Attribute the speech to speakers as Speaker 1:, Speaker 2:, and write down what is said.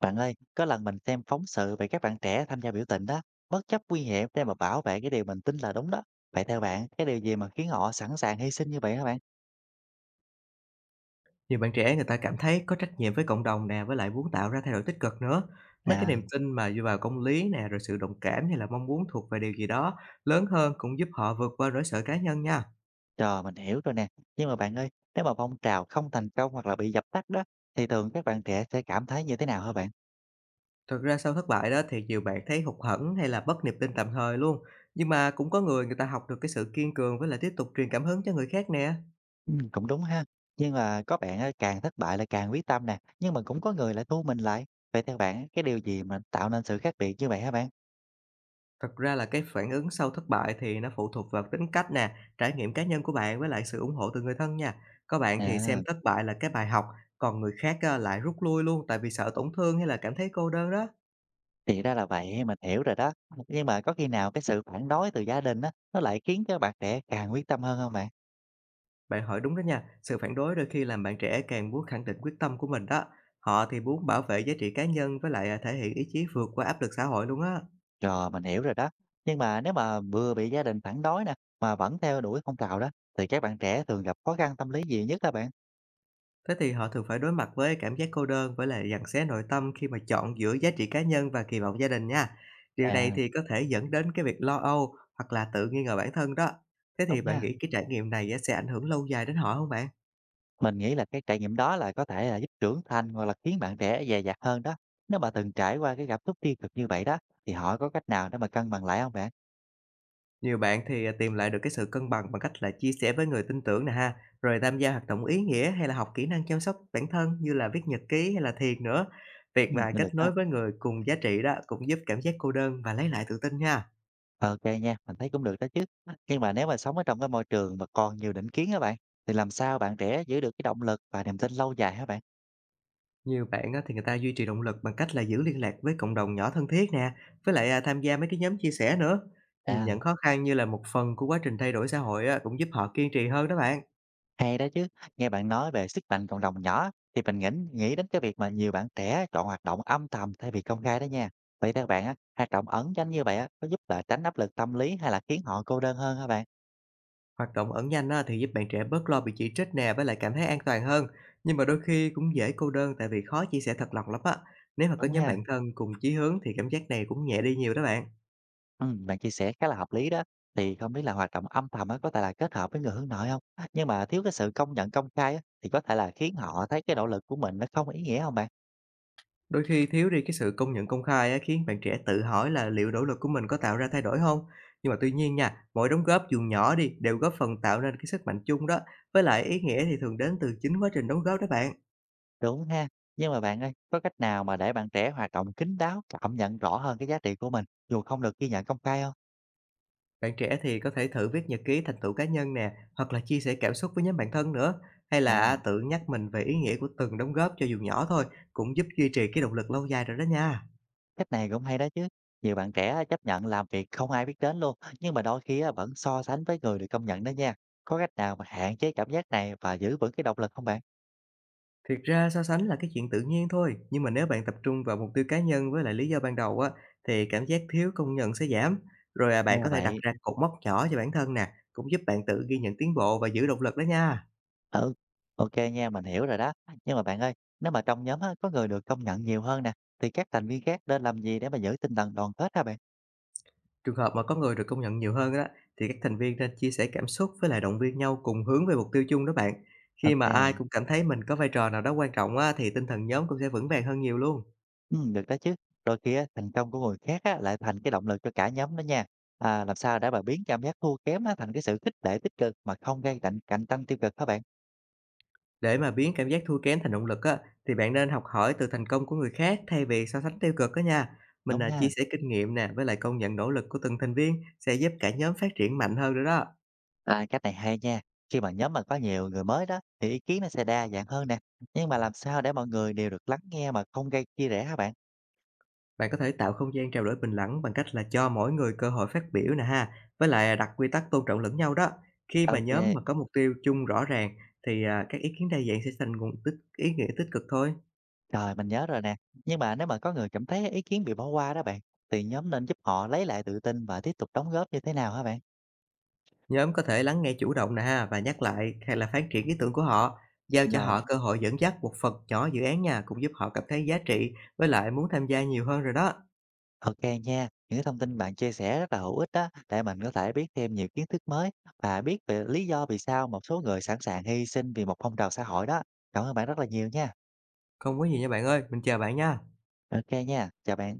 Speaker 1: Bạn ơi, có lần mình xem phóng sự về các bạn trẻ tham gia biểu tình đó, bất chấp nguy hiểm để mà bảo vệ cái điều mình tin là đúng đó. Vậy theo bạn, cái điều gì mà khiến họ sẵn sàng hy sinh như vậy hả bạn?
Speaker 2: Nhiều bạn trẻ người ta cảm thấy có trách nhiệm với cộng đồng nè, với lại muốn tạo ra thay đổi tích cực nữa. Mấy cái
Speaker 1: À,
Speaker 2: niềm tin mà dựa vào công lý nè, rồi sự đồng cảm hay là mong muốn thuộc về điều gì đó lớn hơn cũng giúp họ vượt qua nỗi sợ cá nhân nha.
Speaker 1: rồi mình hiểu rồi nè. Nhưng mà bạn ơi, nếu mà phong trào không thành công hoặc là bị dập tắt đó, thì thường các bạn trẻ sẽ cảm thấy như thế nào hả bạn?
Speaker 2: Thực ra sau thất bại đó thì nhiều bạn thấy hụt hẫng hay là bất niềm tin tạm thời luôn. Nhưng mà cũng có người người ta học được cái sự kiên cường với lại tiếp tục truyền cảm hứng cho người khác nè.
Speaker 1: Ừ, cũng đúng ha. Nhưng mà có bạn á, càng thất bại là càng quyết tâm nè, nhưng mà cũng có người lại thu mình lại. Vậy theo bạn, cái điều gì mà tạo nên sự khác biệt như vậy hả bạn?
Speaker 2: Thật ra là cái phản ứng sau thất bại thì nó phụ thuộc vào tính cách nè, trải nghiệm cá nhân của bạn với lại sự ủng hộ từ người thân nha. Có bạn thì
Speaker 1: À.
Speaker 2: xem thất bại là cái bài học, còn người khác á, lại rút lui luôn tại vì sợ tổn thương hay là cảm thấy cô đơn đó.
Speaker 1: Thì ra là vậy, mình hiểu rồi đó. Nhưng mà có khi nào cái sự phản đối từ gia đình á, nó lại khiến cho bạn trẻ càng quyết tâm hơn không bạn?
Speaker 2: Bạn hỏi đúng đó nha, sự phản đối đôi khi làm bạn trẻ càng muốn khẳng định quyết tâm của mình đó. Họ thì muốn bảo vệ giá trị cá nhân với lại thể hiện ý chí vượt qua áp lực xã hội luôn á.
Speaker 1: Rồi, mình hiểu rồi đó. Nhưng mà nếu mà vừa bị gia đình phản đối nè, mà vẫn theo đuổi phong trào đó, thì các bạn trẻ thường gặp khó khăn tâm lý gì nhất các bạn?
Speaker 2: Thế thì họ thường phải đối mặt với cảm giác cô đơn với lại giằng xé nội tâm khi mà chọn giữa giá trị cá nhân và kỳ vọng gia đình nha. Điều này
Speaker 1: À,
Speaker 2: thì có thể dẫn đến cái việc lo âu hoặc là tự nghi ngờ bản thân đó. Thế thì
Speaker 1: đúng
Speaker 2: bạn
Speaker 1: ha,
Speaker 2: nghĩ cái trải nghiệm này á, sẽ ảnh hưởng lâu dài đến họ không bạn?
Speaker 1: mình nghĩ là cái trải nghiệm đó là có thể là giúp trưởng thành hoặc là khiến bạn trẻ dè dặt hơn đó. Nếu mà từng trải qua cái cảm xúc tiêu cực như vậy đó, thì họ có cách nào để mà cân bằng lại không bạn?
Speaker 2: Nhiều bạn thì tìm lại được cái sự cân bằng bằng cách là chia sẻ với người tin tưởng nè ha, rồi tham gia hoạt động ý nghĩa hay là học kỹ năng chăm sóc bản thân như là viết nhật ký hay là thiền nữa. Việc mà
Speaker 1: Được
Speaker 2: kết
Speaker 1: đó.
Speaker 2: nối với người cùng giá trị đó cũng giúp cảm giác cô đơn và lấy lại tự tin nha.
Speaker 1: Ô kê nha, mình thấy cũng được đó chứ. Nhưng mà nếu mà sống ở trong cái môi trường mà còn nhiều định kiến á bạn, thì làm sao bạn trẻ giữ được cái động lực và niềm tin lâu dài hả bạn?
Speaker 2: Nhiều bạn á, thì người ta duy trì động lực bằng cách là giữ liên lạc với cộng đồng nhỏ thân thiết nè, với lại tham gia mấy cái nhóm chia sẻ nữa. Nhìn
Speaker 1: À,
Speaker 2: nhận khó khăn như là một phần của quá trình thay đổi xã hội á, cũng giúp họ kiên trì hơn đó bạn.
Speaker 1: hay đó chứ. Nghe bạn nói về sức mạnh cộng đồng nhỏ thì mình nghĩ nghĩ đến cái việc mà nhiều bạn trẻ chọn hoạt động âm thầm thay vì công khai đó nha. Vậy theo bạn á, hoạt động ẩn danh như vậy á, có giúp là tránh áp lực tâm lý hay là khiến họ cô đơn hơn hả bạn?
Speaker 2: Hoạt động ẩn danh á, thì giúp bạn trẻ bớt lo bị chỉ trích nè, với lại cảm thấy an toàn hơn. Nhưng mà đôi khi cũng dễ cô đơn tại vì khó chia sẻ thật lòng lắm á. Nếu mà có
Speaker 1: Đúng
Speaker 2: nhóm
Speaker 1: ha?
Speaker 2: bạn thân cùng chí hướng thì cảm giác này cũng nhẹ đi nhiều đó bạn.
Speaker 1: Bạn chia sẻ khá là hợp lý đó. Thì không biết là hoạt động âm thầm á, có thể là kết hợp với người hướng nội không? Nhưng mà thiếu cái sự công nhận công khai á, thì có thể là khiến họ thấy cái nỗ lực của mình nó không ý nghĩa không bạn?
Speaker 2: Đôi khi thiếu đi cái sự công nhận công khai á, khiến bạn trẻ tự hỏi là liệu nỗ lực của mình có tạo ra thay đổi không? Nhưng mà tuy nhiên nha, mỗi đóng góp dù nhỏ đi đều góp phần tạo nên cái sức mạnh chung đó. Với lại ý nghĩa thì thường đến từ chính quá trình đóng góp đó bạn.
Speaker 1: Đúng ha. Nhưng mà bạn ơi, có cách nào mà để bạn trẻ hoạt động kín đáo, cảm nhận rõ hơn cái giá trị của mình, dù không được ghi nhận công khai không?
Speaker 2: Bạn trẻ thì có thể thử viết nhật ký thành tựu cá nhân nè, hoặc là chia sẻ cảm xúc với nhóm bạn thân nữa. Hay
Speaker 1: À,
Speaker 2: là tự nhắc mình về ý nghĩa của từng đóng góp cho dù nhỏ thôi, cũng giúp duy trì cái động lực lâu dài rồi đó nha.
Speaker 1: cách này cũng hay đó chứ. Nhiều bạn trẻ á, chấp nhận làm việc không ai biết đến luôn, nhưng mà đôi khi á, vẫn so sánh với người được công nhận đó nha. Có cách nào mà hạn chế cảm giác này và giữ vững cái động lực không bạn?
Speaker 2: Thiệt ra so sánh là cái chuyện tự nhiên thôi, nhưng mà nếu bạn tập trung vào mục tiêu cá nhân với lại lý do ban đầu á, thì cảm giác thiếu công nhận sẽ giảm. Rồi,
Speaker 1: Ra
Speaker 2: bạn
Speaker 1: là
Speaker 2: có thể đặt
Speaker 1: vậy.
Speaker 2: ra cột mốc nhỏ cho bản thân nè, cũng giúp bạn tự ghi nhận tiến bộ và giữ động lực đó nha.
Speaker 1: Ừ, ô nha, mình hiểu rồi đó. Nhưng mà bạn ơi, nếu mà trong nhóm á, có người được công nhận nhiều hơn nè, thì các thành viên khác nên làm gì để mà giữ tinh thần đoàn kết hả bạn?
Speaker 2: Trường hợp mà có người được công nhận nhiều hơn á, thì các thành viên nên chia sẻ cảm xúc với lại động viên nhau cùng hướng về mục tiêu chung đó bạn.
Speaker 1: Ok
Speaker 2: Khi mà
Speaker 1: kê,
Speaker 2: ai cũng cảm thấy mình có vai trò nào đó quan trọng á, thì tinh thần nhóm cũng sẽ vững vàng hơn nhiều luôn.
Speaker 1: được đó chứ. Đôi khi á, thành công của người khác á, lại thành cái động lực cho cả nhóm đó nha. À, làm sao để mà biến cảm giác thua kém á, thành cái sự khích lệ tích cực mà không gây cạnh cạnh tranh tiêu cực các bạn?
Speaker 2: Để mà biến cảm giác thua kém thành động lực á, thì bạn nên học hỏi từ thành công của người khác thay vì so sánh tiêu cực đó nha. Mình
Speaker 1: Đúng
Speaker 2: là
Speaker 1: nha.
Speaker 2: chia sẻ kinh nghiệm nè, với lại công nhận nỗ lực của từng thành viên sẽ giúp cả nhóm phát triển mạnh hơn nữa đó.
Speaker 1: À, cách này hay nha. Khi mà nhóm mà có nhiều người mới đó, thì ý kiến nó sẽ đa dạng hơn nè. Nhưng mà làm sao để mọi người đều được lắng nghe mà không gây chia rẽ hả bạn?
Speaker 2: Bạn có thể tạo không gian trao đổi bình đẳng bằng cách là cho mỗi người cơ hội phát biểu nè ha, với lại đặt quy tắc tôn trọng lẫn nhau đó. Khi mà nhóm
Speaker 1: Ok.
Speaker 2: mà có mục tiêu chung rõ ràng thì các ý kiến đa dạng sẽ thành nguồn tích ý nghĩa tích cực thôi.
Speaker 1: Rồi, mình nhớ rồi nè. Nhưng mà nếu mà có người cảm thấy ý kiến bị bỏ qua đó bạn, thì nhóm nên giúp họ lấy lại tự tin và tiếp tục đóng góp như thế nào hả bạn?
Speaker 2: Nhóm có thể lắng nghe chủ động nè ha và nhắc lại hay là phát triển ý tưởng của họ, giao cho
Speaker 1: Rồi,
Speaker 2: họ cơ hội dẫn dắt một phần nhỏ dự án nha, cũng giúp họ cảm thấy giá trị với lại muốn tham gia nhiều hơn rồi đó.
Speaker 1: ok nha. Những cái thông tin bạn chia sẻ rất là hữu ích đó, để mình có thể biết thêm nhiều kiến thức mới và biết về lý do vì sao một số người sẵn sàng hy sinh vì một phong trào xã hội đó. Cảm ơn bạn rất là nhiều nha.
Speaker 2: Không có gì nha bạn ơi, mình chào bạn nha.
Speaker 1: Ok nha, chào bạn.